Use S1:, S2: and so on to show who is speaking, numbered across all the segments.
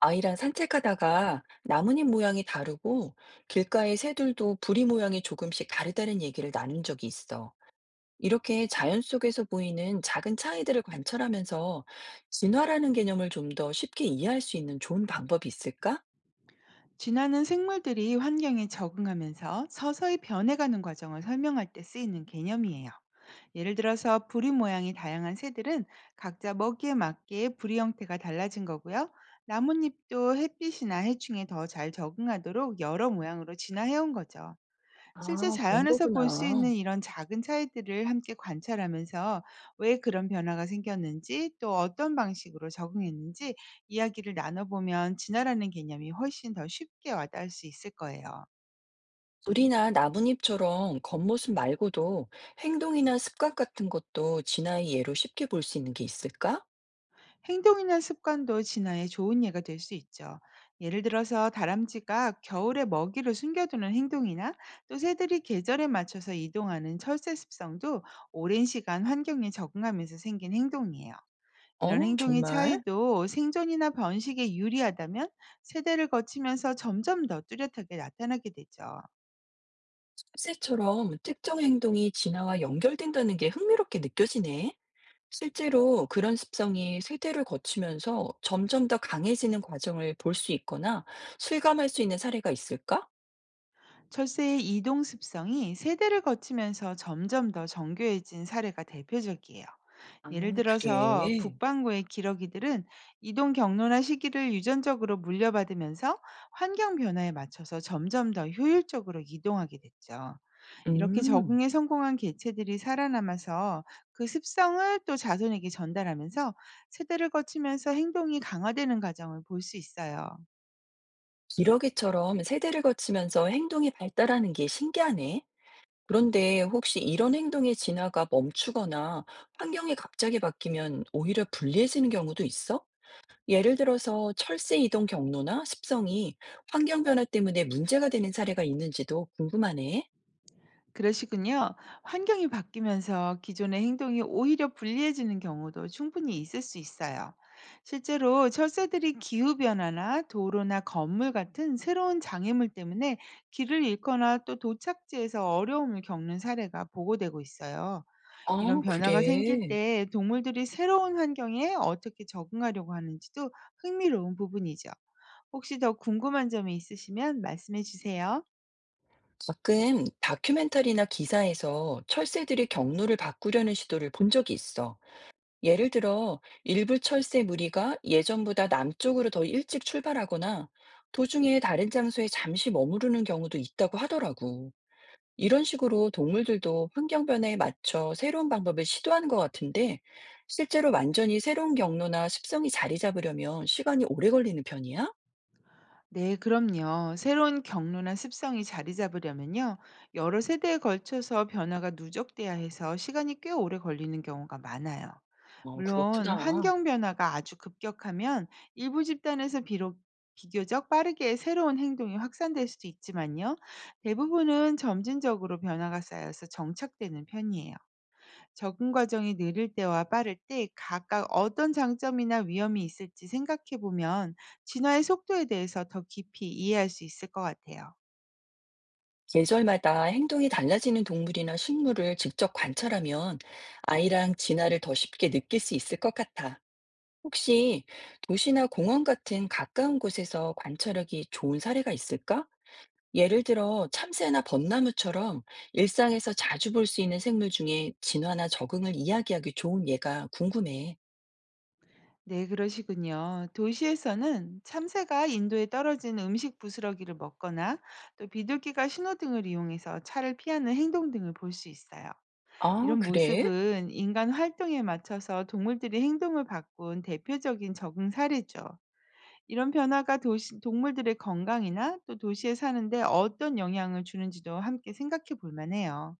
S1: 아이랑 산책하다가 나뭇잎 모양이 다르고 길가의 새들도 부리 모양이 조금씩 다르다는 얘기를 나눈 적이 있어. 이렇게 자연 속에서 보이는 작은 차이들을 관찰하면서 진화라는 개념을 좀 더 쉽게 이해할 수 있는 좋은 방법이 있을까?
S2: 진화는 생물들이 환경에 적응하면서 서서히 변해가는 과정을 설명할 때 쓰이는 개념이에요. 예를 들어서 부리 모양이 다양한 새들은 각자 먹이에 맞게 부리 형태가 달라진 거고요. 나뭇잎도 햇빛이나 해충에 더 잘 적응하도록 여러 모양으로 진화해온 거죠. 실제
S1: 아, 그런
S2: 자연에서 볼 수 있는
S1: 거구나.
S2: 이런 작은 차이들을 함께 관찰하면서 왜 그런 변화가 생겼는지, 또 어떤 방식으로 적응했는지 이야기를 나눠보면 진화라는 개념이 훨씬 더 쉽게 와닿을 수 있을 거예요.
S1: 우리나 나뭇잎처럼 겉모습 말고도 행동이나 습관 같은 것도 진화의 예로 쉽게 볼 수 있는 게 있을까?
S2: 행동이나 습관도 진화의 좋은 예가 될 수 있죠. 예를 들어서 다람쥐가 겨울에 먹이를 숨겨두는 행동이나, 또 새들이 계절에 맞춰서 이동하는 철새 습성도 오랜 시간 환경에 적응하면서 생긴 행동이에요. 이런
S1: 어,
S2: 행동의
S1: 정말?
S2: 차이도 생존이나 번식에 유리하다면 세대를 거치면서 점점 더 뚜렷하게 나타나게 되죠.
S1: 흡세처럼 특정 행동이 진화와 연결된다는 게 흥미롭게 느껴지네. 실제로 그런 습성이 세대를 거치면서 점점 더 강해지는 과정을 볼 수 있거나 실감할 수 있는 사례가 있을까?
S2: 철새의 이동 습성이 세대를 거치면서 점점 더 정교해진 사례가 대표적이에요. 예를
S1: 아,
S2: 들어서
S1: 그래.
S2: 북반구의 기러기들은 이동 경로나 시기를 유전적으로 물려받으면서 환경 변화에 맞춰서 점점 더 효율적으로 이동하게 됐죠. 이렇게
S1: 음,
S2: 적응에 성공한 개체들이 살아남아서 그 습성을 또 자손에게 전달하면서 세대를 거치면서 행동이 강화되는 과정을 볼 수 있어요.
S1: 기러기처럼 세대를 거치면서 행동이 발달하는 게 신기하네. 그런데 혹시 이런 행동의 진화가 멈추거나 환경이 갑자기 바뀌면 오히려 불리해지는 경우도 있어? 예를 들어서 철새 이동 경로나 습성이 환경 변화 때문에 문제가 되는 사례가 있는지도 궁금하네.
S2: 그러시군요. 환경이 바뀌면서 기존의 행동이 오히려 불리해지는 경우도 충분히 있을 수 있어요. 실제로 철새들이 기후변화나 도로나 건물 같은 새로운 장애물 때문에 길을 잃거나, 또 도착지에서 어려움을 겪는 사례가 보고되고 있어요. 이런
S1: 아,
S2: 변화가 생길
S1: 그래.
S2: 때 동물들이 새로운 환경에 어떻게 적응하려고 하는지도 흥미로운 부분이죠. 혹시 더 궁금한 점이 있으시면 말씀해 주세요.
S1: 가끔 다큐멘터리나 기사에서 철새들이 경로를 바꾸려는 시도를 본 적이 있어. 예를 들어, 일부 철새 무리가 예전보다 남쪽으로 더 일찍 출발하거나 도중에 다른 장소에 잠시 머무르는 경우도 있다고 하더라고. 이런 식으로 동물들도 환경 변화에 맞춰 새로운 방법을 시도하는 것 같은데, 실제로 완전히 새로운 경로나 습성이 자리 잡으려면 시간이 오래 걸리는 편이야?
S2: 네, 그럼요. 새로운 경로나 습성이 자리 잡으려면요, 여러 세대에 걸쳐서 변화가 누적돼야 해서 시간이 꽤 오래 걸리는 경우가 많아요.
S1: 어,
S2: 물론
S1: 그렇구나.
S2: 환경 변화가 아주 급격하면 일부 집단에서 비록 비교적 빠르게 새로운 행동이 확산될 수도 있지만요. 대부분은 점진적으로 변화가 쌓여서 정착되는 편이에요. 적응 과정이 느릴 때와 빠를 때 각각 어떤 장점이나 위험이 있을지 생각해 보면 진화의 속도에 대해서 더 깊이 이해할 수 있을 것 같아요.
S1: 계절마다 행동이 달라지는 동물이나 식물을 직접 관찰하면 아이랑 진화를 더 쉽게 느낄 수 있을 것 같아. 혹시 도시나 공원 같은 가까운 곳에서 관찰하기 좋은 사례가 있을까? 예를 들어 참새나 벚나무처럼 일상에서 자주 볼 수 있는 생물 중에 진화나 적응을 이야기하기 좋은 예가 궁금해.
S2: 네, 그러시군요. 도시에서는 참새가 인도에 떨어진 음식 부스러기를 먹거나, 또 비둘기가 신호등을 이용해서 차를 피하는 행동 등을 볼 수 있어요.
S1: 아,
S2: 이런
S1: 그래?
S2: 모습은 인간 활동에 맞춰서 동물들이 행동을 바꾼 대표적인 적응 사례죠. 이런 변화가 도시, 동물들의 건강이나 또 도시에 사는데 어떤 영향을 주는지도 함께 생각해 볼 만해요.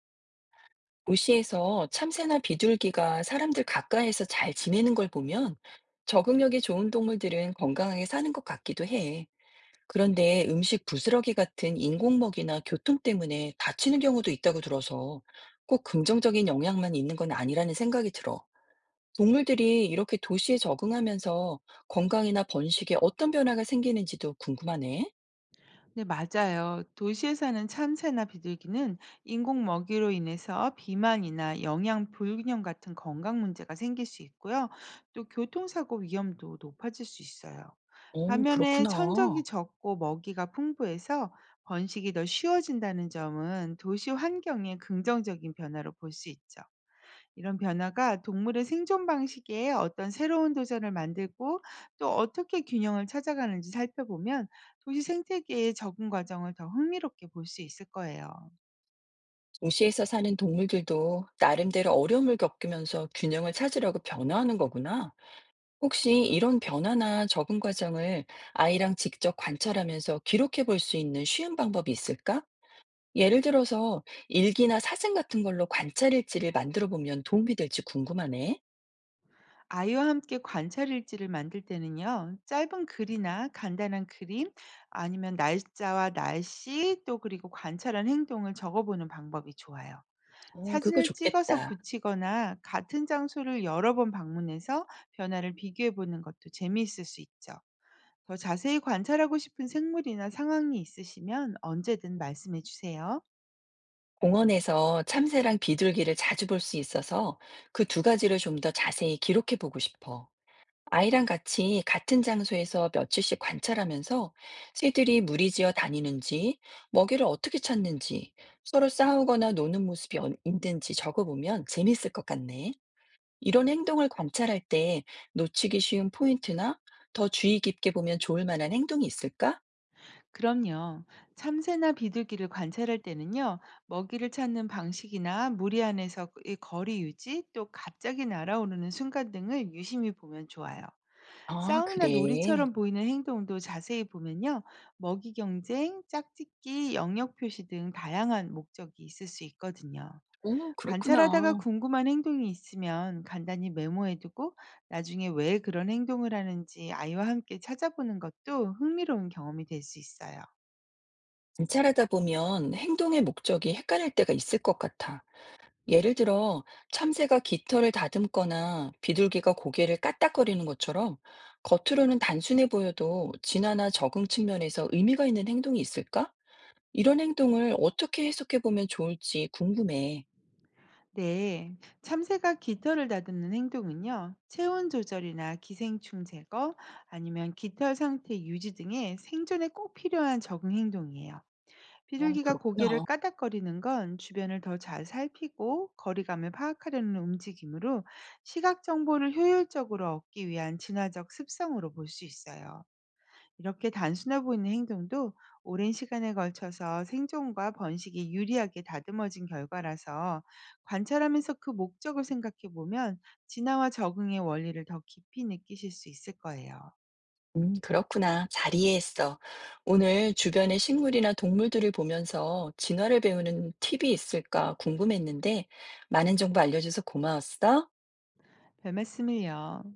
S1: 도시에서 참새나 비둘기가 사람들 가까이에서 잘 지내는 걸 보면 적응력이 좋은 동물들은 건강하게 사는 것 같기도 해. 그런데 음식 부스러기 같은 인공먹이나 교통 때문에 다치는 경우도 있다고 들어서 꼭 긍정적인 영향만 있는 건 아니라는 생각이 들어. 동물들이 이렇게 도시에 적응하면서 건강이나 번식에 어떤 변화가 생기는지도 궁금하네.
S2: 네, 맞아요. 도시에 사는 참새나 비둘기는 인공 먹이로 인해서 비만이나 영양 불균형 같은 건강 문제가 생길 수 있고요. 또 교통사고 위험도 높아질 수 있어요.
S1: 오,
S2: 반면에
S1: 그렇구나.
S2: 천적이 적고 먹이가 풍부해서 번식이 더 쉬워진다는 점은 도시 환경의 긍정적인 변화로 볼 수 있죠. 이런 변화가 동물의 생존 방식에 어떤 새로운 도전을 만들고 또 어떻게 균형을 찾아가는지 살펴보면 도시 생태계의 적응 과정을 더 흥미롭게 볼 수 있을 거예요.
S1: 도시에서 사는 동물들도 나름대로 어려움을 겪으면서 균형을 찾으려고 변화하는 거구나. 혹시 이런 변화나 적응 과정을 아이랑 직접 관찰하면서 기록해 볼 수 있는 쉬운 방법이 있을까? 예를 들어서 일기나 사진 같은 걸로 관찰 일지를 만들어 보면 도움이 될지 궁금하네.
S2: 아이와 함께 관찰 일지를 만들 때는요, 짧은 글이나 간단한 그림, 아니면 날짜와 날씨, 또 그리고 관찰한 행동을 적어보는 방법이 좋아요.
S1: 어, 그거
S2: 사진을 찍어서
S1: 좋겠다.
S2: 붙이거나 같은 장소를 여러 번 방문해서 변화를 비교해 보는 것도 재미있을 수 있죠. 더 자세히 관찰하고 싶은 생물이나 상황이 있으시면 언제든 말씀해 주세요.
S1: 공원에서 참새랑 비둘기를 자주 볼 수 있어서 그 두 가지를 좀 더 자세히 기록해 보고 싶어. 아이랑 같이 같은 장소에서 며칠씩 관찰하면서 새들이 무리지어 다니는지, 먹이를 어떻게 찾는지, 서로 싸우거나 노는 모습이 있는지 적어보면 재밌을 것 같네. 이런 행동을 관찰할 때 놓치기 쉬운 포인트나 더 주의 깊게 보면 좋을 만한 행동이 있을까?
S2: 그럼요. 참새나 비둘기를 관찰할 때는요, 먹이를 찾는 방식이나 무리 안에서의 거리 유지, 또 갑자기 날아오르는 순간 등을 유심히 보면 좋아요.
S1: 아,
S2: 싸움이나
S1: 그래.
S2: 놀이처럼 보이는 행동도 자세히 보면요, 먹이 경쟁, 짝짓기, 영역 표시 등 다양한 목적이 있을 수 있거든요.
S1: 오,
S2: 관찰하다가
S1: 그렇구나.
S2: 궁금한 행동이 있으면 간단히 메모해두고 나중에 왜 그런 행동을 하는지 아이와 함께 찾아보는 것도 흥미로운 경험이 될 수 있어요.
S1: 관찰하다 보면 행동의 목적이 헷갈릴 때가 있을 것 같아. 예를 들어, 참새가 깃털을 다듬거나 비둘기가 고개를 까딱거리는 것처럼 겉으로는 단순해 보여도 진화나 적응 측면에서 의미가 있는 행동이 있을까? 이런 행동을 어떻게 해석해 보면 좋을지 궁금해.
S2: 네, 참새가 깃털을 다듬는 행동은요, 체온 조절이나 기생충 제거, 아니면 깃털 상태 유지 등의 생존에 꼭 필요한 적응 행동이에요.
S1: 어,
S2: 비둘기가 고개를
S1: 그렇구나.
S2: 까닥거리는 건 주변을 더 잘 살피고 거리감을 파악하려는 움직이므로 시각 정보를 효율적으로 얻기 위한 진화적 습성으로 볼 수 있어요. 이렇게 단순해 보이는 행동도 오랜 시간에 걸쳐서 생존과 번식이 유리하게 다듬어진 결과라서 관찰하면서 그 목적을 생각해 보면 진화와 적응의 원리를 더 깊이 느끼실 수 있을 거예요.
S1: 그렇구나. 잘 이해했어. 오늘 주변의 식물이나 동물들을 보면서 진화를 배우는 팁이 있을까 궁금했는데 많은 정보 알려줘서 고마웠어.
S2: 별 말씀을요.